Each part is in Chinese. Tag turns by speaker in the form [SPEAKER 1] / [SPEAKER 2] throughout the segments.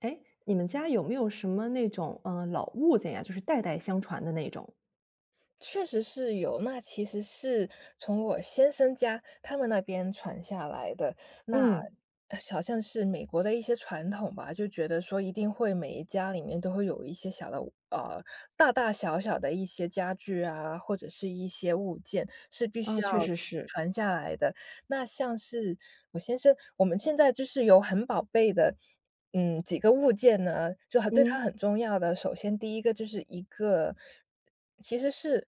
[SPEAKER 1] 哎，你们家有没有什么那种，老物件呀，就是代代相传的那种？
[SPEAKER 2] 确实是有，那其实是从我先生家他们那边传下来的。那
[SPEAKER 1] 嗯。
[SPEAKER 2] 好像是美国的一些传统吧，就觉得说一定会每一家里面都会有一些小的呃大大小小的一些家具啊，或者是一些物件是必须
[SPEAKER 1] 啊，
[SPEAKER 2] 要
[SPEAKER 1] 确实是。
[SPEAKER 2] 传下来的。那像是我先生我们现在就是有很宝贝的，几个物件呢，就很对
[SPEAKER 1] 嗯。
[SPEAKER 2] 他很重要的。首先第一个就是一个其实是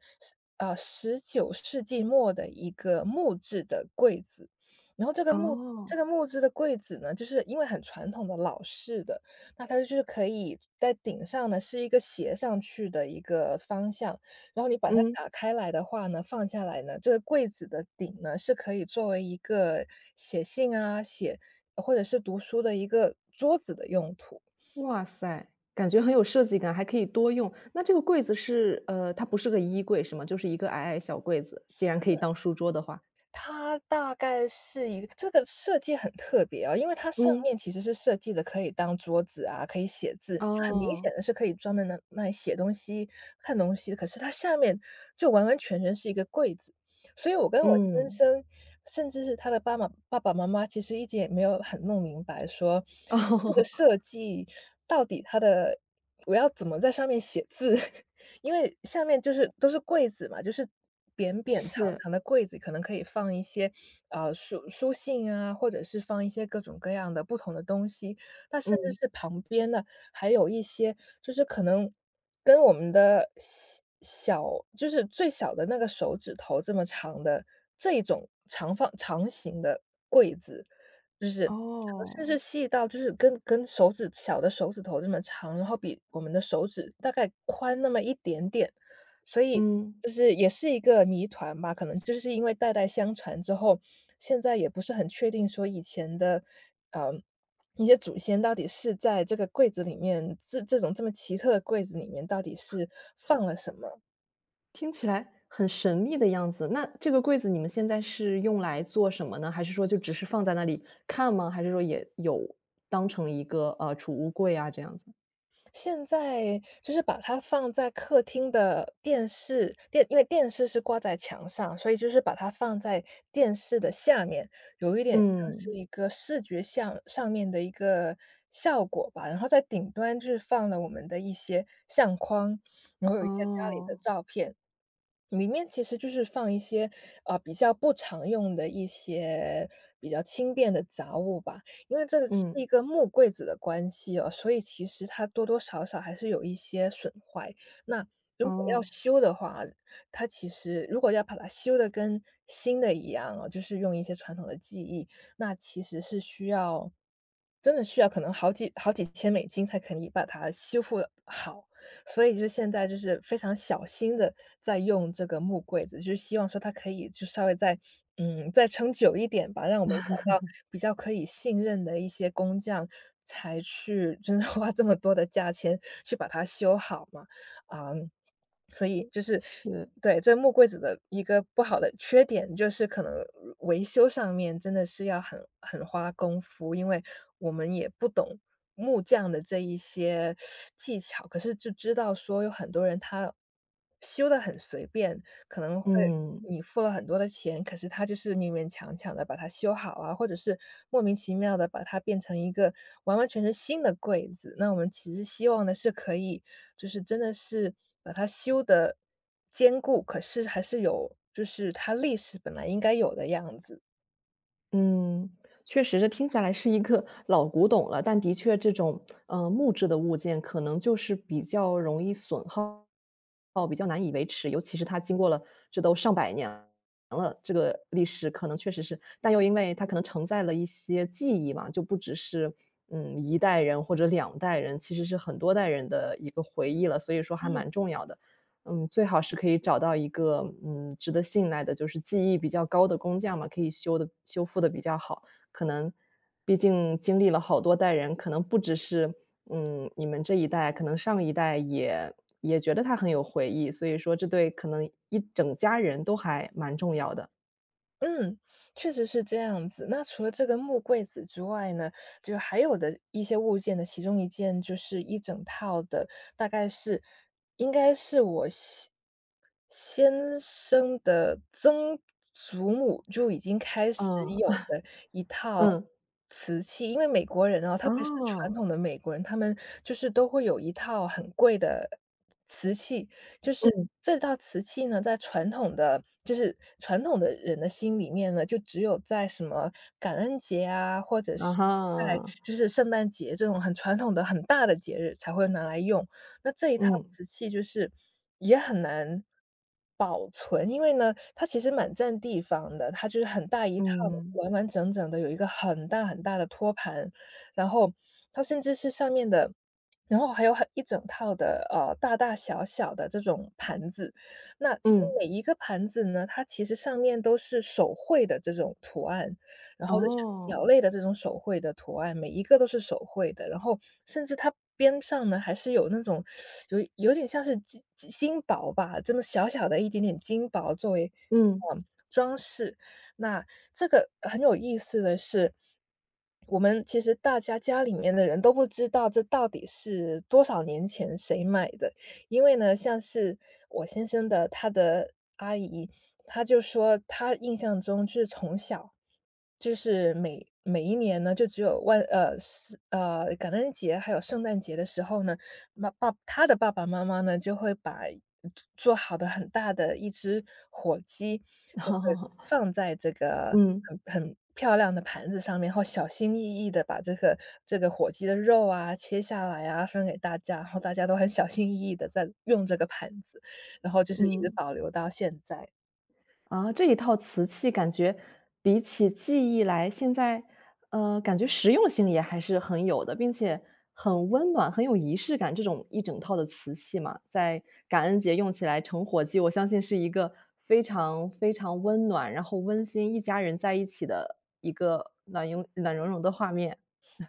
[SPEAKER 2] 19世纪末的一个木质的柜子，然后这
[SPEAKER 1] 哦。
[SPEAKER 2] 个木质的柜子呢，就是因为很传统的老式的，那它就是可以在顶上呢，是一个斜上去的一个方向，然后你把它
[SPEAKER 1] 嗯。
[SPEAKER 2] 打开来的话呢，放下来呢，这个柜子的顶呢，是可以作为一个写信啊，写或者是读书的一个桌子的用途。
[SPEAKER 1] 哇塞，感觉很有设计感，还可以多用。那这个柜子是它不是个衣柜是吗？就是一个矮矮小柜子，既然可以当书桌的话。
[SPEAKER 2] 它大概是一个这个设计很特别啊，因为它上
[SPEAKER 1] 嗯。
[SPEAKER 2] 面其实是设计的可以当桌子啊，可以写字，就很明显
[SPEAKER 1] 哦。
[SPEAKER 2] 的是可以专门拿来写东西、看东西的。可是它下面就完完全全是一个柜子，所以我跟我先
[SPEAKER 1] 嗯。
[SPEAKER 2] 生，甚至是他的爸爸妈妈，其实一直也没有很弄明白说 这个
[SPEAKER 1] 哦。
[SPEAKER 2] 设计到底它的我要怎么在上面写字？因为下面就是都是柜子嘛，就是扁扁长
[SPEAKER 1] 是。
[SPEAKER 2] 长的柜子，可能可以放一些书信啊，或者是放一些各种各样的不同的东西。那甚
[SPEAKER 1] 嗯。
[SPEAKER 2] 至是旁边呢，还有一些就是可能跟我们的就是最小的那个手指头这么长的这种长形的柜子，就是可能甚
[SPEAKER 1] 哦。
[SPEAKER 2] 至细到就是跟手指小的手指头这么长，然后比我们的手指大概宽那么一点点，所以
[SPEAKER 1] 嗯。
[SPEAKER 2] 就是也是一个谜团吧。可能就是因为代代相传之后，现在也不是很确定说以前的，呃，一些祖先到底是在这个柜子里面，这种这么奇特的柜子里面到底是放了什么。
[SPEAKER 1] 听起来很神秘的样子。那这个柜子你们现在是用来做什么呢？还是说就只是放在那里看吗？还是说也有当成一个储物柜啊这样子？
[SPEAKER 2] 现在就是把它放在客厅的电视因为电视是挂在墙上，所以就是把它放在电视的下面，有一点像是
[SPEAKER 1] 嗯。
[SPEAKER 2] 一个视觉像上面的一个效果吧。然后在顶端就是放了我们的一些相框，然后有一些家里的
[SPEAKER 1] 哦。
[SPEAKER 2] 照片。里面其实就是放一些，比较不常用的一些比较轻便的杂物吧。因为这是
[SPEAKER 1] 嗯。
[SPEAKER 2] 一个木柜子的关系哦，所以其实它多多少少还是有一些损坏。那如果要
[SPEAKER 1] 哦。
[SPEAKER 2] 修的话，它其实如果要把它修的跟新的一样哦，就是用一些传统的技艺，那其实是需要真的需要可能好几千美金才可以把它修复好。所以就现在就是非常小心的在用这个木柜子，就是希望说它可以就稍微再再撑久一点吧，让我们找到比较可以信任的一些工匠，才去真的花这么多的价钱去把它修好嘛，啊。所以就是
[SPEAKER 1] 是。
[SPEAKER 2] 对，这木柜子的一个不好的缺点就是可能维修上面真的是要很花功夫，因为我们也不懂木匠的这一些技巧，可是就知道说有很多人他修得很随便，可能会
[SPEAKER 1] 嗯。
[SPEAKER 2] 你付了很多的钱，可是它就是勉勉强强的把它修好啊，或者是莫名其妙的把它变成一个完完全全新的柜子。那我们其实希望的是可以就是真的是把它修得坚固，可是还是有就是它历史本来应该有的样子。
[SPEAKER 1] 嗯，确实这听下来是一个老古董了，但的确这种，木质的物件可能就是比较容易损耗，哦比较难以维持，尤其是它经过了这都上百年了，这个历史可能确实是，但又因为它可能承载了一些记忆嘛，就不只是嗯一代人或者两代人，其实是很多代人的一个回忆了，所以说还蛮重要的。嗯，最好是可以找到一个，嗯，值得信赖的，就是技艺比较高的工匠嘛，可以修复的比较好。可能毕竟经历了好多代人，可能不只是嗯，你们这一代，可能上一代也觉得他很有回忆，所以说这对可能一整家人都还蛮重要的。
[SPEAKER 2] 嗯，确实是这样子。那除了这个木柜子之外呢，就还有的一些物件的其中一件就是一整套的，大概是应该是我先生的曾祖母就已经开始
[SPEAKER 1] 嗯。
[SPEAKER 2] 有了一 套
[SPEAKER 1] 嗯。
[SPEAKER 2] 瓷器，因为美国人啊，特别是传
[SPEAKER 1] 哦。
[SPEAKER 2] 统的美国人，他们就是都会有一套很贵的瓷器，就是
[SPEAKER 1] 嗯。
[SPEAKER 2] 这套瓷器呢，在传统的就是传统的人的心里面呢，就只有在什么感恩节啊，或者
[SPEAKER 1] 啊
[SPEAKER 2] 是在
[SPEAKER 1] 哈。
[SPEAKER 2] 就是圣诞节这种很传统的很大的节日才会拿来用。那这一套
[SPEAKER 1] 嗯。
[SPEAKER 2] 瓷器就是也很难保存，因为呢，它其实蛮占地方的，它就是很大一套，
[SPEAKER 1] 嗯。
[SPEAKER 2] 完完整整的有一个很大很大的托盘，然后它甚至是上面的然后还有很一整套的，大大小小的这种盘子。那其实
[SPEAKER 1] 嗯。
[SPEAKER 2] 每一个盘子呢，它其实上面都是手绘的这种图案，然后就是
[SPEAKER 1] 哦。
[SPEAKER 2] 鸟类的这种手绘的图案，每一个都是手绘的。然后甚至它边上呢，还是有那种有点像是金箔吧，这么小小的一点点金箔作为，
[SPEAKER 1] 嗯。
[SPEAKER 2] 嗯，装饰。那这个很有意思的是，我们其实大家家里面的人都不知道这到底是多少年前谁买的，因为呢，像是我先生的他的阿姨，她就说她印象中是从小就是每一年呢，就只有是感恩节还有圣诞节的时候呢，他的爸爸妈妈呢就会把做好的很大的一只火鸡，就会
[SPEAKER 1] 好好好。
[SPEAKER 2] 放在这个
[SPEAKER 1] 嗯。
[SPEAKER 2] 很漂亮的盘子上面，然后小心翼翼的把这个火鸡的肉啊切下来啊分给大家，然后大家都很小心翼翼的在用这个盘子，然后就是一直
[SPEAKER 1] 嗯。
[SPEAKER 2] 保留到现在。
[SPEAKER 1] 啊，这一套瓷器感觉比起记忆来，现在，感觉实用性也还是很有的，并且很温暖，很有仪式感。这种一整套的瓷器嘛，在感恩节用起来成火鸡，我相信是一个非常非常温暖，然后温馨，一家人在一起的一个暖融暖融融的画面。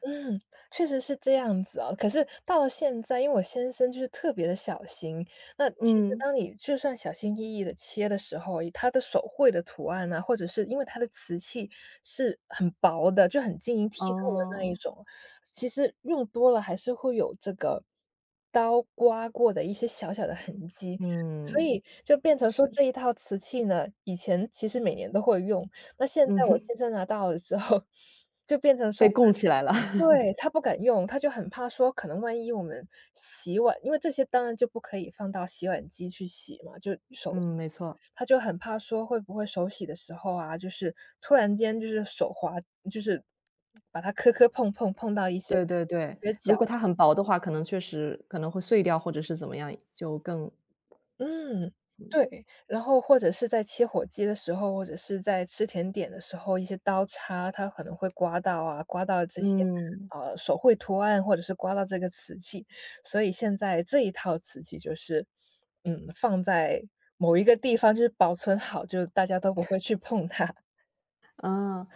[SPEAKER 2] 嗯，确实是这样子啊。可是到了现在，因为我先生就是特别的小心，那其实
[SPEAKER 1] 嗯。
[SPEAKER 2] 当你就算小心翼翼的切的时候，它的手绘的图案啊，或者是因为它的瓷器是很薄的，就很晶莹剔透的那一
[SPEAKER 1] 哦。
[SPEAKER 2] 种，其实用多了还是会有这个刀刮过的一些小小的痕迹。所
[SPEAKER 1] 嗯。
[SPEAKER 2] 以就变成说
[SPEAKER 1] 是。
[SPEAKER 2] 这一套瓷器呢，以前其实每年都会用，那现
[SPEAKER 1] 嗯。
[SPEAKER 2] 在我 先生拿到了之后，就变成
[SPEAKER 1] 被
[SPEAKER 2] 说
[SPEAKER 1] 供起来了。
[SPEAKER 2] 对，他不敢用，他就很怕说，可能万一我们洗碗因为这些当然就不可以放到洗碗机去洗嘛，就手
[SPEAKER 1] 嗯，
[SPEAKER 2] 洗。
[SPEAKER 1] 没错。
[SPEAKER 2] 他就很怕说会不会手洗的时候啊，就是突然间就是手滑，就是把它磕磕碰碰碰到一些，
[SPEAKER 1] 对对对，
[SPEAKER 2] 别搅。
[SPEAKER 1] 如果它很薄的话，可能确实可能会碎掉，或者是怎么样，就更
[SPEAKER 2] 嗯，对，然后或者是在切火鸡的时候，或者是在吃甜点的时候，一些刀叉它可能会刮到啊，刮到这些
[SPEAKER 1] 嗯。
[SPEAKER 2] 手绘图案，或者是刮到这个瓷器，所以现在这一套瓷器就是，放在某一个地方就是保存好，就大家都不会去碰它。
[SPEAKER 1] 啊。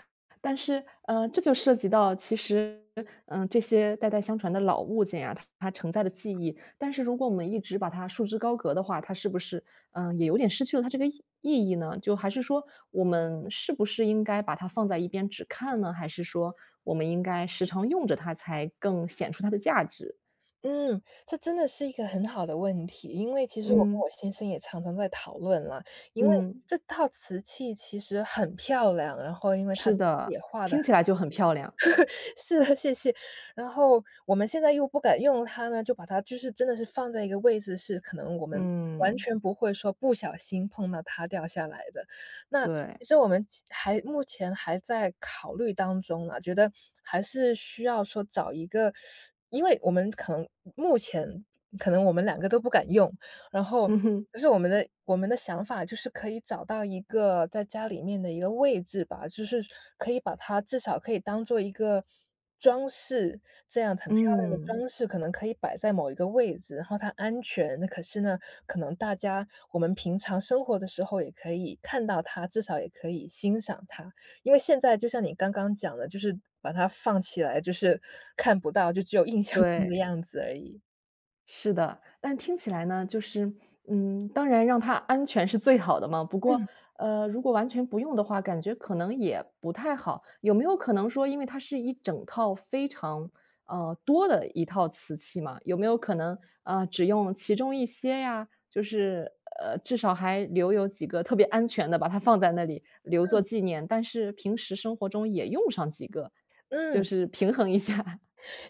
[SPEAKER 1] 但是，这就涉及到其实，这些代代相传的老物件呀，它承载的记忆，但是如果我们一直把它束之高阁的话，它是不是，也有点失去了它这个意义呢？就还是说我们是不是应该把它放在一边只看呢？还是说我们应该时常用着它才更显出它的价值？
[SPEAKER 2] 嗯，这真的是一个很好的问题，因为其实我跟
[SPEAKER 1] 嗯。
[SPEAKER 2] 我先生也常常在讨论啦，因为
[SPEAKER 1] 嗯。
[SPEAKER 2] 这套瓷器其实很漂亮，然后因为它
[SPEAKER 1] 是的。
[SPEAKER 2] 也画的。
[SPEAKER 1] 听起来就很漂亮。
[SPEAKER 2] 是的，谢谢。然后我们现在又不敢用它呢，就把它就是真的是放在一个位置，是可能我们完
[SPEAKER 1] 嗯。
[SPEAKER 2] 全不会说不小心碰到它掉下来的。那
[SPEAKER 1] 对。
[SPEAKER 2] 其实我们目前还在考虑当中啦，觉得还是需要说找一个，因为我们可能目前可能我们两个都不敢用，然后
[SPEAKER 1] 嗯哼。
[SPEAKER 2] 就是我们的想法就是可以找到一个在家里面的一个位置吧，就是可以把它至少可以当做一个装饰，这样很漂亮的
[SPEAKER 1] 嗯。
[SPEAKER 2] 装饰可能可以摆在某一个位置，然后它安全。那可是呢，可能大家我们平常生活的时候也可以看到它，至少也可以欣赏它。因为现在就像你刚刚讲的，就是把它放起来，就是看不到，就只有印象中的
[SPEAKER 1] 对。
[SPEAKER 2] 样子而已。
[SPEAKER 1] 是的，但听起来呢，就是嗯，当然让它安全是最好的嘛。不过，
[SPEAKER 2] 嗯
[SPEAKER 1] 如果完全不用的话，感觉可能也不太好。有没有可能说，因为它是一整套非常多的一套瓷器嘛，有没有可能只用其中一些呀？就是至少还留有几个特别安全的，把它放在那里留作
[SPEAKER 2] 嗯
[SPEAKER 1] 纪念。但是平时生活中也用上几个，
[SPEAKER 2] 嗯。
[SPEAKER 1] 就是平衡一下。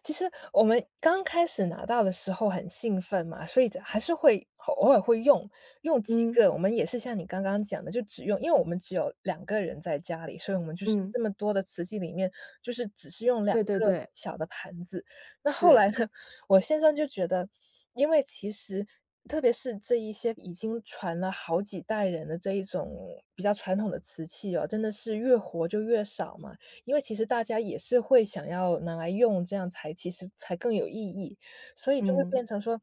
[SPEAKER 2] 其实我们刚开始拿到的时候很兴奋嘛，所以这还是会偶尔会用，用 几个。
[SPEAKER 1] 嗯。
[SPEAKER 2] 我们也是像你刚刚讲的，就只用，因为我们只有两个人在家里，所以我们就是
[SPEAKER 1] 嗯。
[SPEAKER 2] 这么多的瓷器里面，就是只是用两
[SPEAKER 1] 对对
[SPEAKER 2] 个
[SPEAKER 1] 对。
[SPEAKER 2] 小的盘子。那后
[SPEAKER 1] 是。
[SPEAKER 2] 来呢，我先生就觉得，因为其实特别是这一些已经传了好几代人的这一种比较传统的瓷器哦，真的是越活就越少嘛。因为其实大家也是会想要拿来用，这样才其实才更有意义。所以就会
[SPEAKER 1] 嗯。
[SPEAKER 2] 变成说，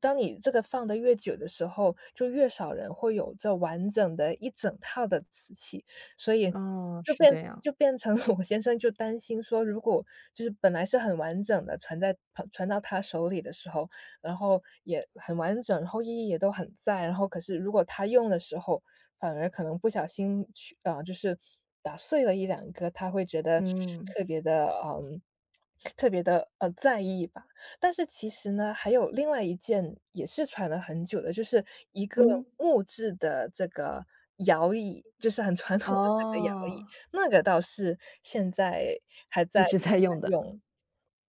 [SPEAKER 2] 当你这个放得越久的时候，就越少人会有这完整的一整套的瓷器，所以
[SPEAKER 1] 哦，
[SPEAKER 2] 就
[SPEAKER 1] 是
[SPEAKER 2] 变
[SPEAKER 1] 这样。
[SPEAKER 2] 就变成 我先生就担心说，如果就是本来是很完整的传到他手里的时候，然后也很完整，然后意义也都很在。然后可是如果他用的时候，反而可能不小心就是打碎了一两个，他会觉得
[SPEAKER 1] 嗯。
[SPEAKER 2] 特别的嗯。特别的在意吧，但是其实呢，还有另外一件也是传了很久的，就是一个
[SPEAKER 1] 嗯。
[SPEAKER 2] 木质的这个摇椅，就是很传统的这个摇椅，
[SPEAKER 1] 哦。
[SPEAKER 2] 那个倒是现在还在
[SPEAKER 1] 一直
[SPEAKER 2] 一直
[SPEAKER 1] 在用
[SPEAKER 2] 在
[SPEAKER 1] 的。
[SPEAKER 2] 用。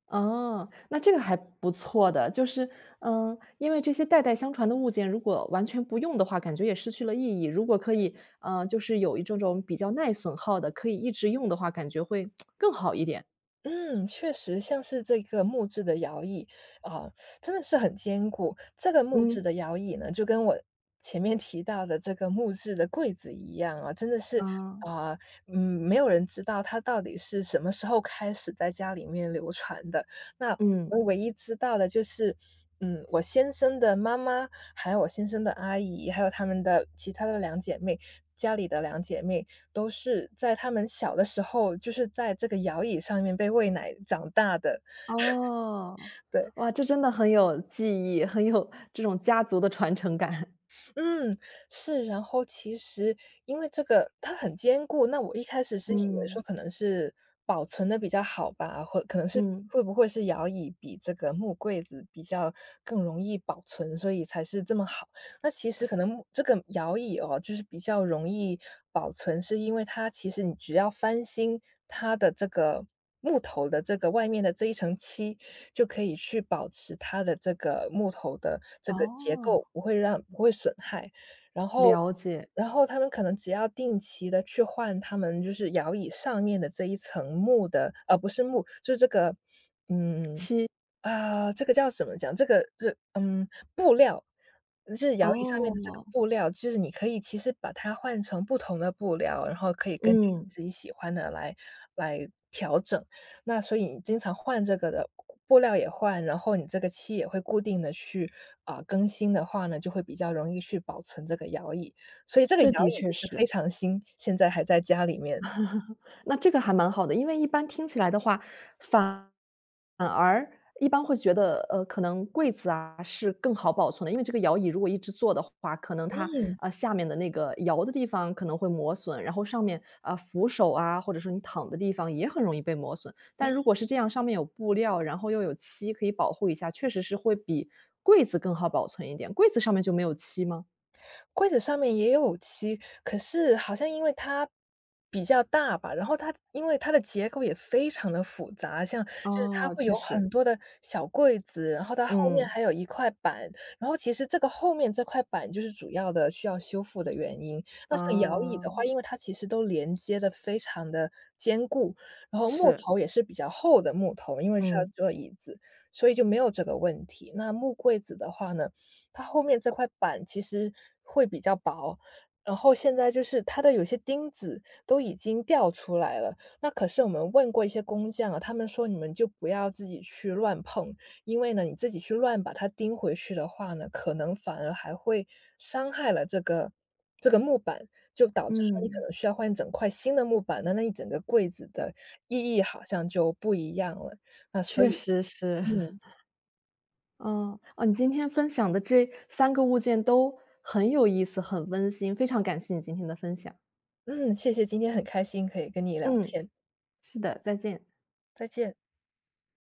[SPEAKER 1] 哦，那这个还不错的，就是嗯，因为这些代代相传的物件，如果完全不用的话，感觉也失去了意义。如果可以，就是有一种比较耐损耗的，可以一直用的话，感觉会更好一点。
[SPEAKER 2] 嗯，确实，像是这个木质的摇椅啊，真的是很坚固。这个木嗯质嗯
[SPEAKER 1] 嗯。
[SPEAKER 2] 的摇椅呢，就跟我前面提到的这个木质的柜子一样啊，真的是
[SPEAKER 1] 啊。
[SPEAKER 2] 啊，没有人知道它到底是什么时候开始在家里面流传的。那
[SPEAKER 1] 嗯。
[SPEAKER 2] 我唯一知道的就是，嗯，我先生的妈妈，还有我先生的阿姨，还有他们的其他的两姐妹，家里的两姐妹，都是在他们小的时候，就是在这个摇椅上面被喂奶长大的，
[SPEAKER 1] 哦，
[SPEAKER 2] 对。
[SPEAKER 1] 哇，这真的很有记忆，很有这种家族的传承感。
[SPEAKER 2] 嗯，是，然后其实因为这个它很坚固，那我一开始 是以为说
[SPEAKER 1] 嗯。
[SPEAKER 2] 可能是保存的比较好吧，或可能是
[SPEAKER 1] 嗯。
[SPEAKER 2] 会不会是摇椅比这个木柜子比较更容易保存，所以才是这么好。那其实可能木这个摇椅哦，就是比较容易保存，是因为它其实你只要翻新它的这个木头的这个外面的这一层漆，就可以去保持它的这个木头的这个结
[SPEAKER 1] 哦。
[SPEAKER 2] 构，不会让不会损害。然后
[SPEAKER 1] 了解。
[SPEAKER 2] 然后他们可能只要定期的去换他们就是摇椅上面的这一层木的，不是木，就是这个，嗯，
[SPEAKER 1] 七
[SPEAKER 2] 这个叫什么讲？这个是布料，就是摇椅上面的这个
[SPEAKER 1] 哦。
[SPEAKER 2] 布料，就是你可以其实把它换成不同的布料，然后可以根据你
[SPEAKER 1] 嗯。
[SPEAKER 2] 自己喜欢的来调整。那所以你经常换这个的布料也换，然后你这个漆也会固定的去，啊，更新的话呢，就会比较容易去保存这个摇椅。所以这个
[SPEAKER 1] 这
[SPEAKER 2] 摇
[SPEAKER 1] 的
[SPEAKER 2] 椅
[SPEAKER 1] 确
[SPEAKER 2] 就是非
[SPEAKER 1] 是。
[SPEAKER 2] 常新，现在还在家里面。
[SPEAKER 1] 那这个还蛮好的，因为一般听起来的话，反反而一般会觉得，可能柜子啊是更好保存的，因为这个摇椅如果一直坐的话，可能它，
[SPEAKER 2] 嗯。
[SPEAKER 1] 下面的那个摇的地方可能会磨损，然后上面，啊，扶手啊，或者说你躺的地方也很容易被磨损。但如果是这样，上面有布料，然后又有漆可以保护一下，确实是会比柜子更好保存一点，柜子上面就没有漆吗？
[SPEAKER 2] 柜子上面也有漆，可是好像因为它比较大吧，然后它因为它的结构也非常的复杂，像就是它
[SPEAKER 1] 哦，
[SPEAKER 2] 会
[SPEAKER 1] 确
[SPEAKER 2] 有很
[SPEAKER 1] 实。
[SPEAKER 2] 多的小柜子，然后它后面
[SPEAKER 1] 嗯。
[SPEAKER 2] 还有一块板，然后其实这个后面这块板就是主要的需要修复的原因。那像摇椅的
[SPEAKER 1] 啊。
[SPEAKER 2] 话，因为它其实都连接的非常的坚固，然后木
[SPEAKER 1] 是。
[SPEAKER 2] 头也是比较厚的木头，因为是要
[SPEAKER 1] 嗯。
[SPEAKER 2] 做椅子，所以就没有这个问题。那木柜子的话呢，它后面这块板其实会比较薄，然后现在就是它的有些钉子都已经掉出来了。那可是我们问过一些工匠啊，他们说你们就不要自己去乱碰，因为呢，你自己去乱把它钉回去的话呢，可能反而还会伤害了这个木板，就导致说你可
[SPEAKER 1] 嗯，
[SPEAKER 2] 能需要换一整块新的木板，那一整个柜子的意义好像就不一样了。那所
[SPEAKER 1] 确
[SPEAKER 2] 以
[SPEAKER 1] 实是。
[SPEAKER 2] 嗯，
[SPEAKER 1] 嗯。哦，你今天分享的这三个物件都很有意思，很温馨，非常感谢你今天的分享。
[SPEAKER 2] 嗯，谢谢，今天很开心可以跟你聊
[SPEAKER 1] 嗯。
[SPEAKER 2] 天，
[SPEAKER 1] 是的，再见。
[SPEAKER 2] 再见。